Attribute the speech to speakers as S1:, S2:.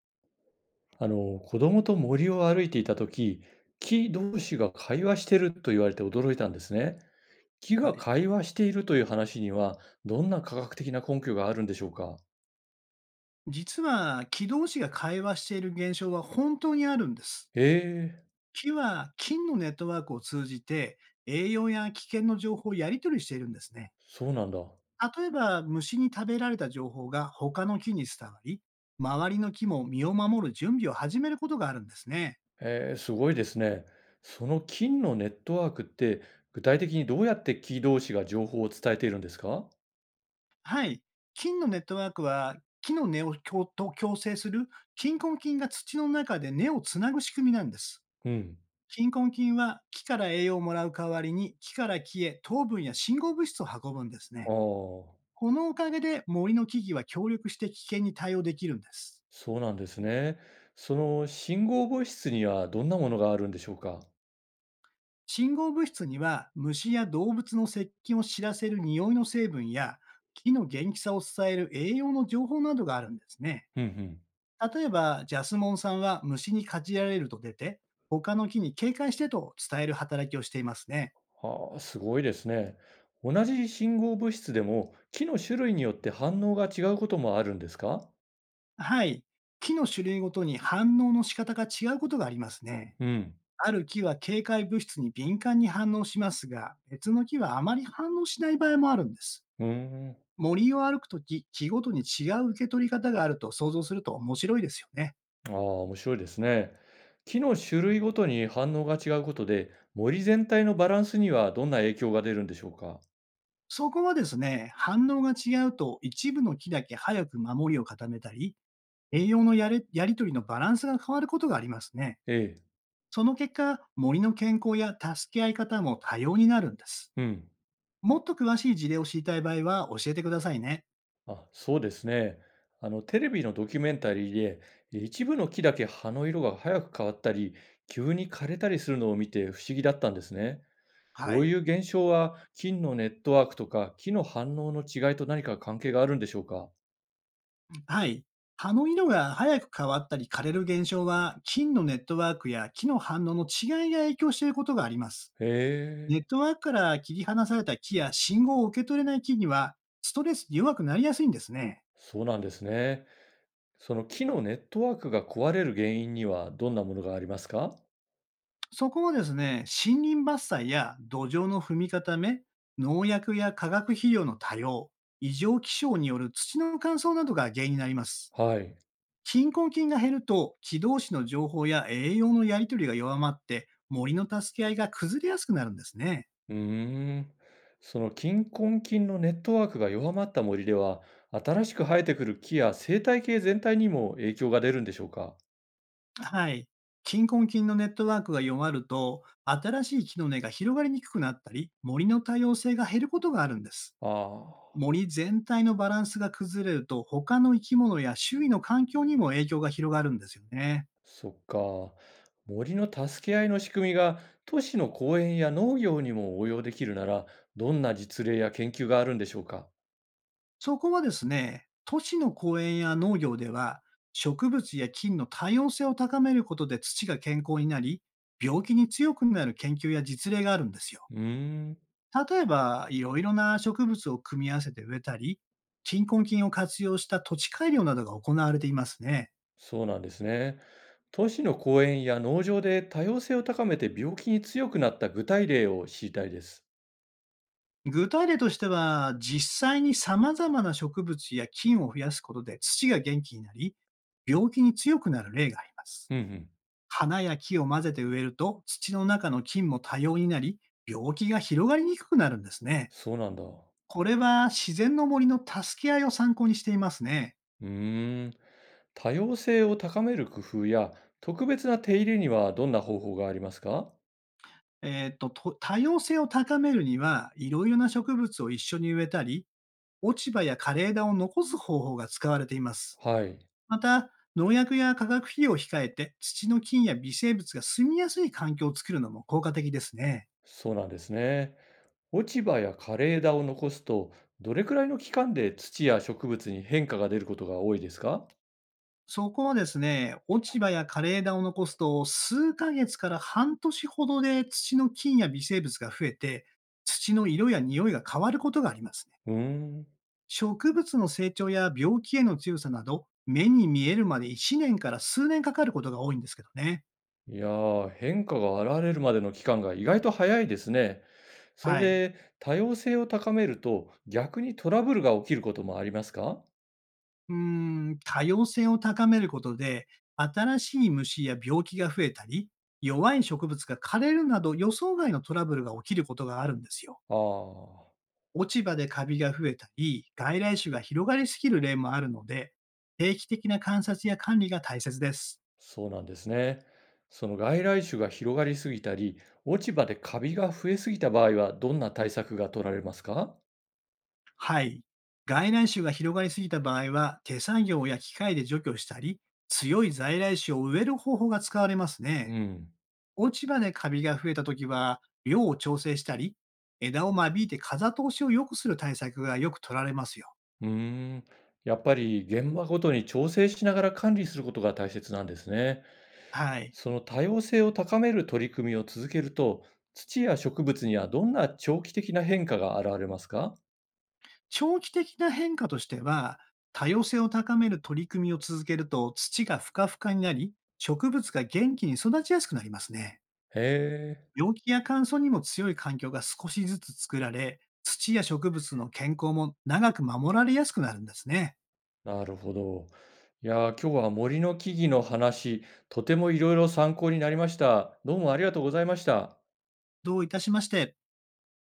S1: 子供と森を歩いていた時、木同士が会話してると言われて驚いたんですね。木
S2: は
S1: が
S2: い。
S1: 会話しているという話には、どんな科学的な根拠があるんでしょうか？
S2: 実は、木同士が会話している現象は本当にあるんです。
S1: へえ、
S2: 木は金のネットワークを通じて、栄養や危険の情報をやり取りしているんですね。
S1: そうなんだ。
S2: 例えば、虫に食べられた情報が他の木に伝わり、周りの木も身を守る準備を始めることがあるんですね。
S1: えー、すごいですね。その金のネットワークって、具体的にどうやって木同士が情報を伝えているんですか？
S2: はい。金のネットワークは、木の根と共生する、金根菌が土の中で根をつなぐ仕組みなんです。
S1: うん。
S2: 菌根菌は木から栄養をもらう代わりに、木から木へ糖分や信号物質を運ぶんですね。
S1: ああ、
S2: このおかげで森の木々は協力して危険に対応できるんです。
S1: そうなんですね。その信号防止室にはどんなものがあるんでしょうか？
S2: 信号物質には虫や動物の接近を知らせる匂いの成分や木の元気さを伝える栄養の情報などがあるんですね。
S1: うんうん。
S2: 例えば、ジャスモン酸は虫にかじられると出て、他の木に警戒してと伝える働きをしていますね。
S1: はあ、すごいですね。同じ信号物質でも木の種類によって反応が違うこともあるんですか？
S2: はい。木の種類ごとに反応の仕方が違うことがありますね。
S1: うん。
S2: ある木は警戒物質に敏感に反応しますが、別の木はあまり反応しない場合もあるんです。
S1: うーん。
S2: 森を歩くとき、木ごとに違う受け取り方があると想像すると面白いですよね。
S1: ああ、面白いですね。木の種類ごとに反応が違うことで、森全体のバランスにはどんな影響が出るんでしょうか？
S2: そこはですね、反応が違うと一部の木だけ早く守りを固めたり、栄養のやり取りのバランスが変わることがありますね。
S1: ええ。
S2: その結果、森の健康や助け合い方も多様になるんです。
S1: うん。
S2: もっと詳しい事例を知りたい場合は教えてくださいね。
S1: あ、そうですね。テレビのドキュメンタリーで、一部の木だけ葉の色が早く変わったり、急に枯れたりするのを見て不思議だったんですね。
S2: は
S1: こう
S2: い。
S1: いう現象は、菌のネットワークとか、木の反応の違いと何か関係があるんでしょうか？
S2: はい。葉の色が早く変わったり枯れる現象は、菌のネットワークや木の反応の違いが影響していることがあります。
S1: へ
S2: ネッ
S1: え、
S2: トワークから切り離された木や信号を受け取れない木には、ストレスに弱くなりやすいんですね。
S1: そうなんですね。その木のネットワークが壊れる原因にはどんなものがありますか？
S2: そこをですね、森林伐採や土壌の踏み固め、農薬や化学肥料の多用、異常気象による土の乾燥などが原因になります。
S1: はい。
S2: 貧困菌が減ると、木同士の情報や栄養のやり取りが弱まって、森の助け合いが崩れやすくなるんですね。
S1: うーん。その菌根菌のネットワークが弱まった森では、新しく生えてくる木や生態系全体にも影響が出るんでしょうか？
S2: はい。貧困菌のネットワークが弱ると、新しい木の根が広がりにくくなったり、森の多様性が減ることがあるんです。
S1: ああー。
S2: 森全体のバランスが崩れると、他の生き物や周囲の環境にも影響が広がるんですよね。
S1: そっか。森の助け合いの仕組みが都市の公園や農業にも応用できるなら、どんな実例や研究があるんでしょうか？
S2: そこはですね、都市の公園や農業では、植物や菌の多様性を高めることで土が健康になり、病気に強くなる研究や実例があるんですよ。
S1: うーん、
S2: 例えば、いろいろな植物を組み合わせて植えたり、貧困菌を活用した土地改良などが行われていますね。
S1: そうなんですね。都市の公園や農場で多様性を高めて病気に強くなった具体例を知りたいです。
S2: 具体例としては、実際に様々な植物や菌を増やすことで土が元気になり、病気に強くなる例があります。
S1: うんうん、
S2: 花や木を混ぜて植えると、土の中の菌も多様になり、病気が広がりにくくなるんですね。
S1: そうなんだ。
S2: これは自然の森の助け合いを参考にしていますね。
S1: うーん、多様性を高める工夫や特別な手入れにはどんな方法がありますか？
S2: 多様性を高めるには、いろいろな植物を一緒に植えたり、落ち葉や枯れ枝を残す方法が使われています。
S1: はい、
S2: また、農薬や化学肥料を控えて、土の菌や微生物が住みやすい環境を作るのも効果的ですね。
S1: そうなんですね。落ち葉や枯れ枝を残すと、どれくらいの期間で土や植物に変化が出ることが多いですか？
S2: そこはですね、落ち葉や枯れ枝を残すと、数ヶ月から半年ほどで土の菌や微生物が増えて、土の色や匂いが変わることがありますね。
S1: うーん。
S2: 植物の成長や病気への強さなど、目に見えるまで1年から数年かかることが多いんですけどね。
S1: いやー、変化が現れるまでの期間が意外と早いですね。それ
S2: はい。
S1: で、多様性を高めると、逆にトラブルが起きることもありますか？
S2: 多様性を高めることで、新しい虫や病気が増えたり、弱い植物が枯れるなど予想外のトラブルが起きることがあるんですよ。
S1: ああ、
S2: 落ち葉でカビが増えたり、外来種が広がりすぎる例もあるので、定期的な観察や管理が大切です。
S1: そうなんですね。その外来種が広がりすぎたり、落ち葉でカビが増えすぎた場合は、どんな対策が取られますか？
S2: はい。外来種が広がりすぎた場合は、手作業や機械で除去したり、強い在来種を植える方法が使われます
S1: う
S2: ね。
S1: ん。
S2: 落ち葉でカビが増えたときは、量を調整したり、枝を間引いて風通しを良くする対策がよく取られますよ。
S1: うーん、やっぱり現場ごとに調整しながら管理することが大切なんですね。
S2: はい。
S1: その多様性を高める取り組みを続けると、土や植物にはどんな長期的な変化が現れますか？
S2: 長期的な変化としては、多様性を高める取り組みを続けると土がふかふかになり、植物が元気に育ちやすくなりますね。
S1: へえ、
S2: 病気や乾燥にも強い環境が少しずつ作られ、土や植物の健康も長く守られやすくなるんですね。
S1: なるほど。いやー、今日は森の木々の話、とてもいろいろ参考になりました。どうもありがとうございました。
S2: どういたしまして。